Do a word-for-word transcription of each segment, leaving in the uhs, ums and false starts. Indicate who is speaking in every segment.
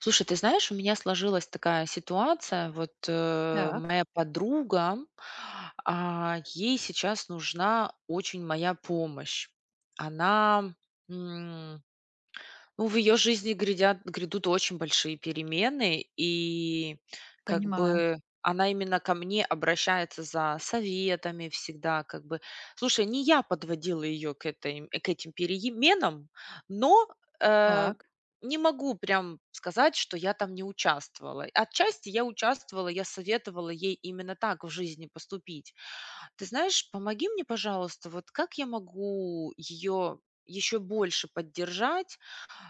Speaker 1: Слушай, ты знаешь, у меня сложилась такая ситуация. Вот э,
Speaker 2: Так,
Speaker 1: моя подруга, а, ей сейчас нужна очень моя помощь. Она Ну, в ее жизни грядят грядут очень большие перемены, и как
Speaker 2: понимаю.
Speaker 1: бы она именно ко мне обращается за советами всегда, как бы. Слушай, не я подводила ее к этой к этим переменам, но, э,
Speaker 2: Так,
Speaker 1: не могу прям сказать, что я там не участвовала. Отчасти я участвовала, я советовала ей именно так в жизни поступить. Ты знаешь, помоги мне, пожалуйста, вот как я могу ее еще больше поддержать,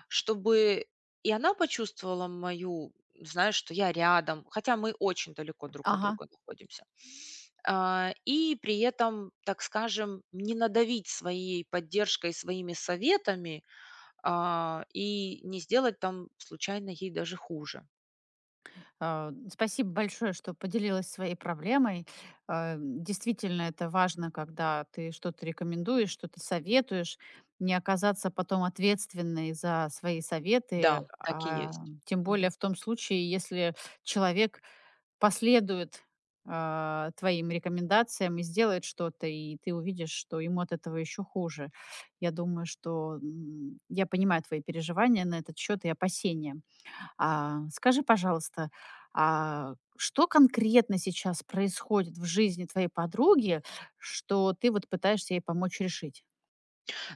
Speaker 1: чтобы и она почувствовала мою, знаешь, что я рядом, хотя мы очень далеко друг от
Speaker 2: ага.
Speaker 1: друга находимся. А, и при этом, так скажем, не надавить своей поддержкой, своими советами, а, и не сделать там случайно ей даже хуже.
Speaker 2: А, спасибо большое, что поделилась своей проблемой. Э, действительно, это важно, когда ты что-то рекомендуешь, что-то советуешь, не оказаться потом ответственной за свои советы,
Speaker 1: Да, так и
Speaker 2: а,
Speaker 1: есть.
Speaker 2: тем более в том случае, если человек последует а, твоим рекомендациям и сделает что-то, и ты увидишь, что ему от этого еще хуже. Я думаю, что м, я понимаю твои переживания на этот счет и опасения. А, скажи, пожалуйста, а, что конкретно сейчас происходит в жизни твоей подруги, что ты вот пытаешься ей помочь решить?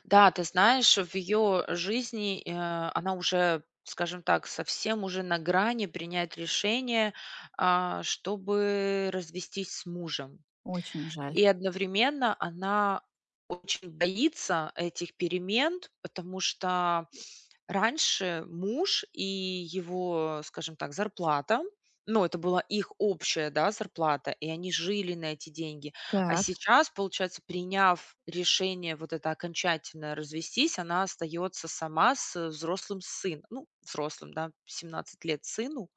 Speaker 1: Да, ты знаешь, в ее жизни, э, она уже, скажем так, совсем уже на грани принять решение, а, чтобы развестись с мужем.
Speaker 2: Очень жаль.
Speaker 1: И одновременно она очень боится этих перемен, потому что раньше муж и его, скажем так, зарплата, ну, это была их общая, да, зарплата, и они жили на эти деньги. А
Speaker 2: Так.
Speaker 1: сейчас, получается, приняв решение вот это окончательное развестись, она остается сама с э, взрослым сыном. Ну, взрослым, да, 17 лет сыну,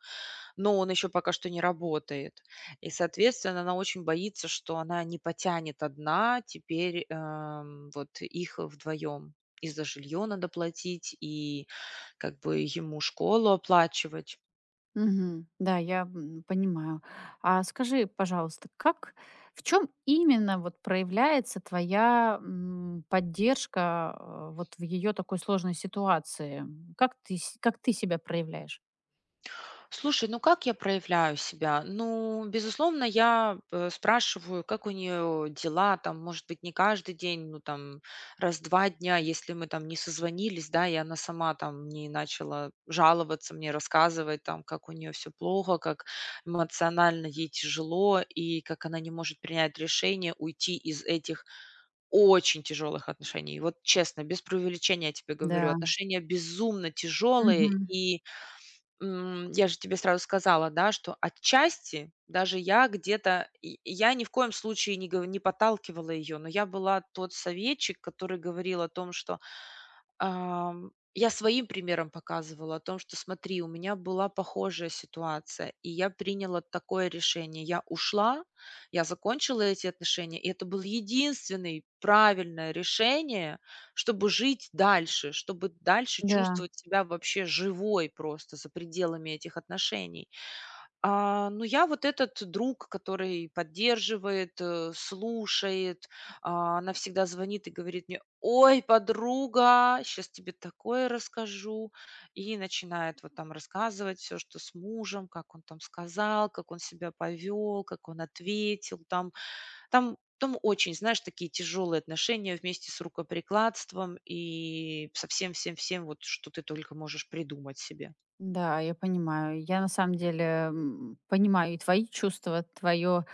Speaker 1: но он еще пока что не работает. И, соответственно, она очень боится, что она не потянет одна теперь, эм, вот их вдвоем. И за жилье надо платить, и как бы ему школу оплачивать.
Speaker 2: Мгм. Да, я м, понимаю. А скажи, пожалуйста, как, в чем именно вот проявляется твоя м, поддержка э, вот в ее такой сложной ситуации? Как ты, с- как ты себя проявляешь?
Speaker 1: Слушай, ну как я проявляю себя? Ну, безусловно, я э, спрашиваю, как у нее дела, там, может быть, не каждый день, ну, там, раз-два дня, если мы там не созвонились, да, и она сама там не начала жаловаться мне, рассказывать там, как у нее все плохо, как эмоционально ей тяжело, и как она не может принять решение уйти из этих очень тяжелых отношений. Вот честно, без преувеличения я тебе говорю,
Speaker 2: Да.
Speaker 1: отношения безумно тяжелые,
Speaker 2: Мгм.
Speaker 1: и М, я же тебе сразу сказала, да, что отчасти даже я где-то, и я ни в коем случае не гов не подталкивала ее, но я была тот советчик, который говорил о том, что Ам, я своим примером показывала о том, что смотри, у меня была похожая ситуация, и я приняла такое решение. Я ушла, я закончила эти отношения, и это было единственное правильное решение, чтобы жить дальше, чтобы дальше
Speaker 2: Да.
Speaker 1: чувствовать себя вообще живой просто за пределами этих отношений. А, ну, я вот этот друг, который поддерживает, э, слушает. А, она всегда звонит и говорит мне: "Ой, подруга, сейчас тебе такое расскажу". И начинает вот там рассказывать все, что с мужем, как он там сказал, как он себя повел, как он ответил там. Там там очень, знаешь, такие тяжелые отношения вместе с рукоприкладством и со всем всем всем, вот что ты только можешь придумать себе.
Speaker 2: Да, я понимаю. Я на самом деле м, понимаю и твои чувства, твое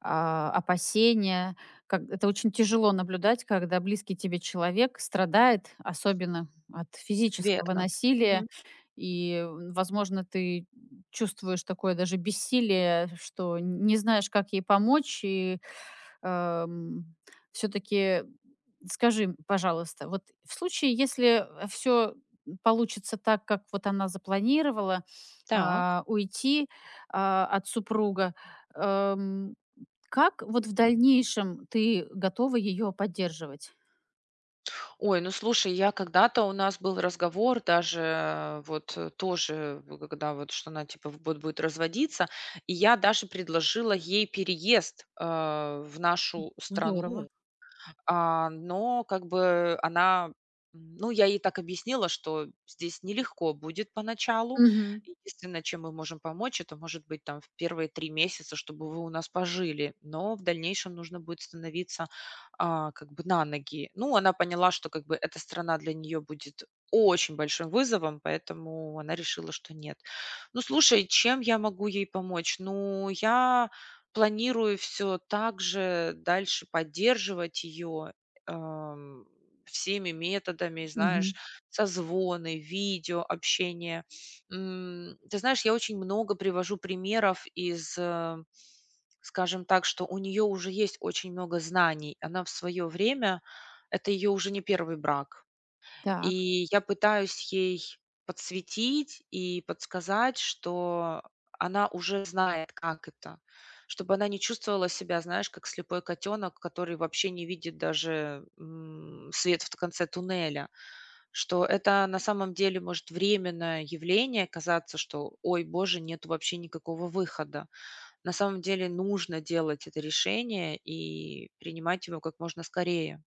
Speaker 2: опасение. Как, это очень тяжело наблюдать, когда близкий тебе человек страдает, особенно от физического
Speaker 1: Верно.
Speaker 2: насилия.
Speaker 1: Мгм.
Speaker 2: И, м, возможно, ты чувствуешь такое даже бессилие, что не знаешь, как ей помочь, и все таки скажи, пожалуйста, вот в случае, если все получится так, как вот она запланировала,
Speaker 1: Так.
Speaker 2: а, уйти, а, от супруга, эм, как вот в дальнейшем ты готова ее поддерживать?
Speaker 1: Ой, ну слушай, я когда-то у нас был разговор даже э, вот, э, тоже, в когда вот, что она типа вот будет разводиться, и я даже предложила ей переезд, а, в нашу
Speaker 2: Здорово.
Speaker 1: страну. А, но как бы она м, ну, я ей так объяснила, что здесь нелегко будет поначалу.
Speaker 2: Мгм.
Speaker 1: Единственное, чем мы можем помочь, это, может быть, там в первые три месяца, чтобы вы у нас пожили, но в дальнейшем нужно будет становиться, а, как бы на ноги. Ну, она поняла, что как бы эта страна для нее будет очень большим вызовом, поэтому она решила, что нет. Ну, слушай, чем я могу ей помочь? Ну, я планирую все так же дальше поддерживать ее всеми методами, знаешь,
Speaker 2: Мгм.
Speaker 1: созвоны, видео, общение. М, ты знаешь, я очень много привожу примеров из, э, скажем так, что у нее уже есть очень много знаний. Она в свое время Это ее уже не первый брак.
Speaker 2: Так.
Speaker 1: И я пытаюсь ей подсветить и подсказать, что она уже знает, как это, чтобы она не чувствовала себя, знаешь, как слепой котенок, который вообще не видит даже, м, свет в конце туннеля. Что это на самом деле может временное явление казаться, что: "Ой, боже, нет вообще никакого выхода". На самом деле нужно делать это решение и принимать его как можно скорее.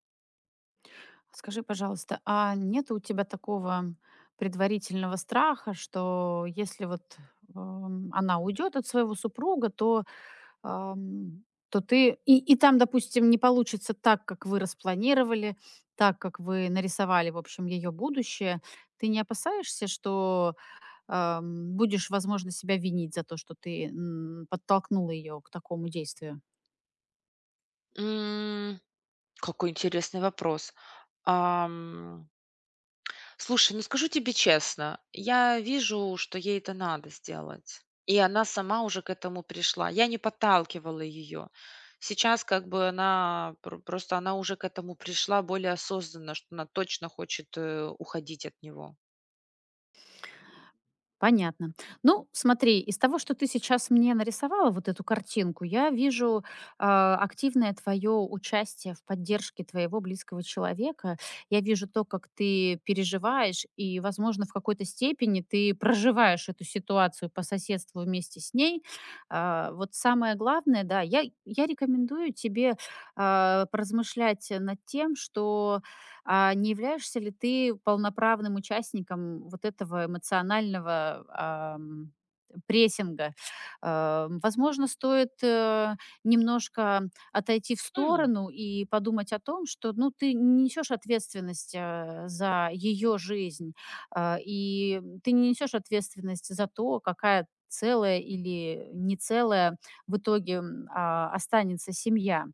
Speaker 2: Скажи, пожалуйста, а нет у тебя такого предварительного страха, что если вот, эм, она уйдет от своего супруга, то Ам, то ты и и там, допустим, не получится так, как вы распланировали, так, как вы нарисовали, в общем, ее будущее. Ты не опасаешься, что, ам, будешь, возможно, себя винить за то, что ты, м, подтолкнула ее к такому действию?
Speaker 1: М. Какой интересный вопрос. Ам, Слушай, ну скажу тебе честно, я вижу, что ей это надо сделать. И она сама уже к этому пришла. Я не подталкивала ее. Сейчас как бы она пр- просто она уже к этому пришла более осознанно, что она точно хочет э, уходить от него.
Speaker 2: Понятно. Ну, смотри, из того, что ты сейчас мне нарисовала, вот эту картинку, я вижу а, активное твое участие в поддержке твоего близкого человека. Я вижу то, как ты переживаешь, и, возможно, в какой-то степени ты проживаешь эту ситуацию по соседству вместе с ней. А, вот самое главное, да, я, я рекомендую тебе а, поразмышлять над тем, что а не являешься ли ты полноправным участником вот этого эмоционального, ам, прессинга? Ам, возможно, стоит, э, немножко отойти в
Speaker 1: М,
Speaker 2: сторону и подумать о том, что, ну, ты не несешь ответственность, э, за ее жизнь, а, и ты не несешь ответственность за то, какая целая или не целая в итоге, м, а, останется семья.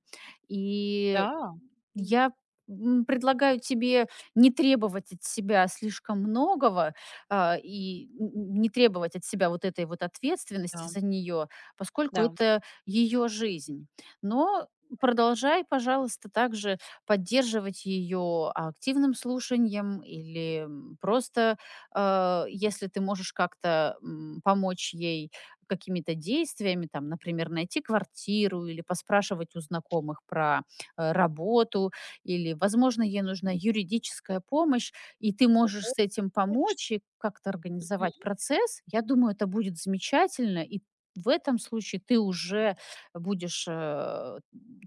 Speaker 2: И
Speaker 1: да. М,
Speaker 2: я М, предлагаю тебе не требовать от себя слишком многого, а, и н н не требовать от себя вот этой вот ответственности
Speaker 1: да.
Speaker 2: за нее, поскольку
Speaker 1: Да.
Speaker 2: это ее жизнь. Но продолжай, пожалуйста, также поддерживать ее активным слушанием или, м, просто, а, если ты можешь как-то, м, помочь ей какими-то действиями, там, например, найти квартиру или поспрашивать у знакомых про, э, работу, или, возможно, ей нужна юридическая помощь, и ты можешь
Speaker 1: О,
Speaker 2: с этим
Speaker 1: точно.
Speaker 2: помочь и как-то организовать процесс, я думаю, это будет замечательно, и в этом случае ты уже будешь, э,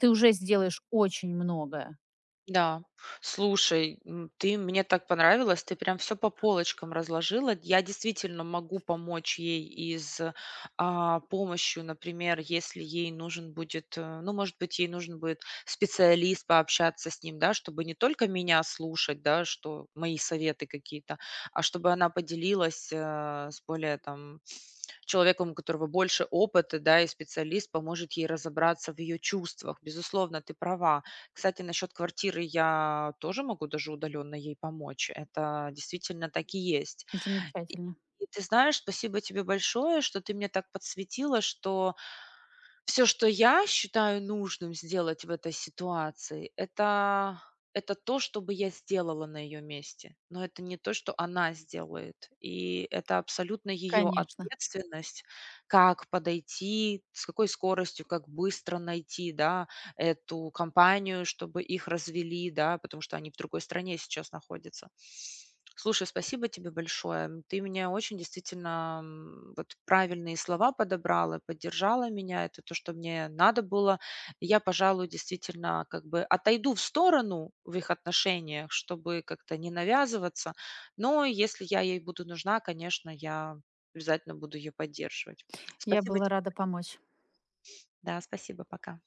Speaker 2: ты уже сделаешь очень многое.
Speaker 1: Да. Слушай, м, ты мне так понравилась, ты прям все по полочкам разложила. Я действительно могу помочь ей из а, помощью, например, если ей нужен будет, э, ну, может быть, ей нужен будет специалист, пообщаться с ним, да, чтобы не только меня слушать, да, что мои советы какие-то, а чтобы она поделилась, э, с более там человеком, у которого больше опыта, да, и специалист поможет ей разобраться в ее чувствах. Безусловно, ты права. Кстати, насчет квартиры я тоже могу даже удаленно ей помочь. Это действительно так и есть. И
Speaker 2: Замечательно.
Speaker 1: и ты знаешь, спасибо тебе большое, что ты мне так подсветила, что все, что я считаю нужным сделать в этой ситуации, это это то, что бы я сделала на ее месте. Но это не то, что она сделает. И это абсолютно ее
Speaker 2: Конечно.
Speaker 1: ответственность, как подойти, с какой скоростью, как быстро найти, да, эту компанию, чтобы их развели, да, потому что они в другой стране сейчас находятся. Слушай, спасибо тебе большое. М, Ты меня очень действительно м, вот правильные слова подобрала, поддержала меня. Это то, что мне надо было. Я, пожалуй, действительно как бы отойду в сторону в их отношениях, чтобы как-то не навязываться. Но если я ей буду нужна, конечно, я обязательно буду ее поддерживать.
Speaker 2: Я
Speaker 1: Спасибо.
Speaker 2: была
Speaker 1: те-
Speaker 2: рада помочь.
Speaker 1: Да, спасибо. Пока.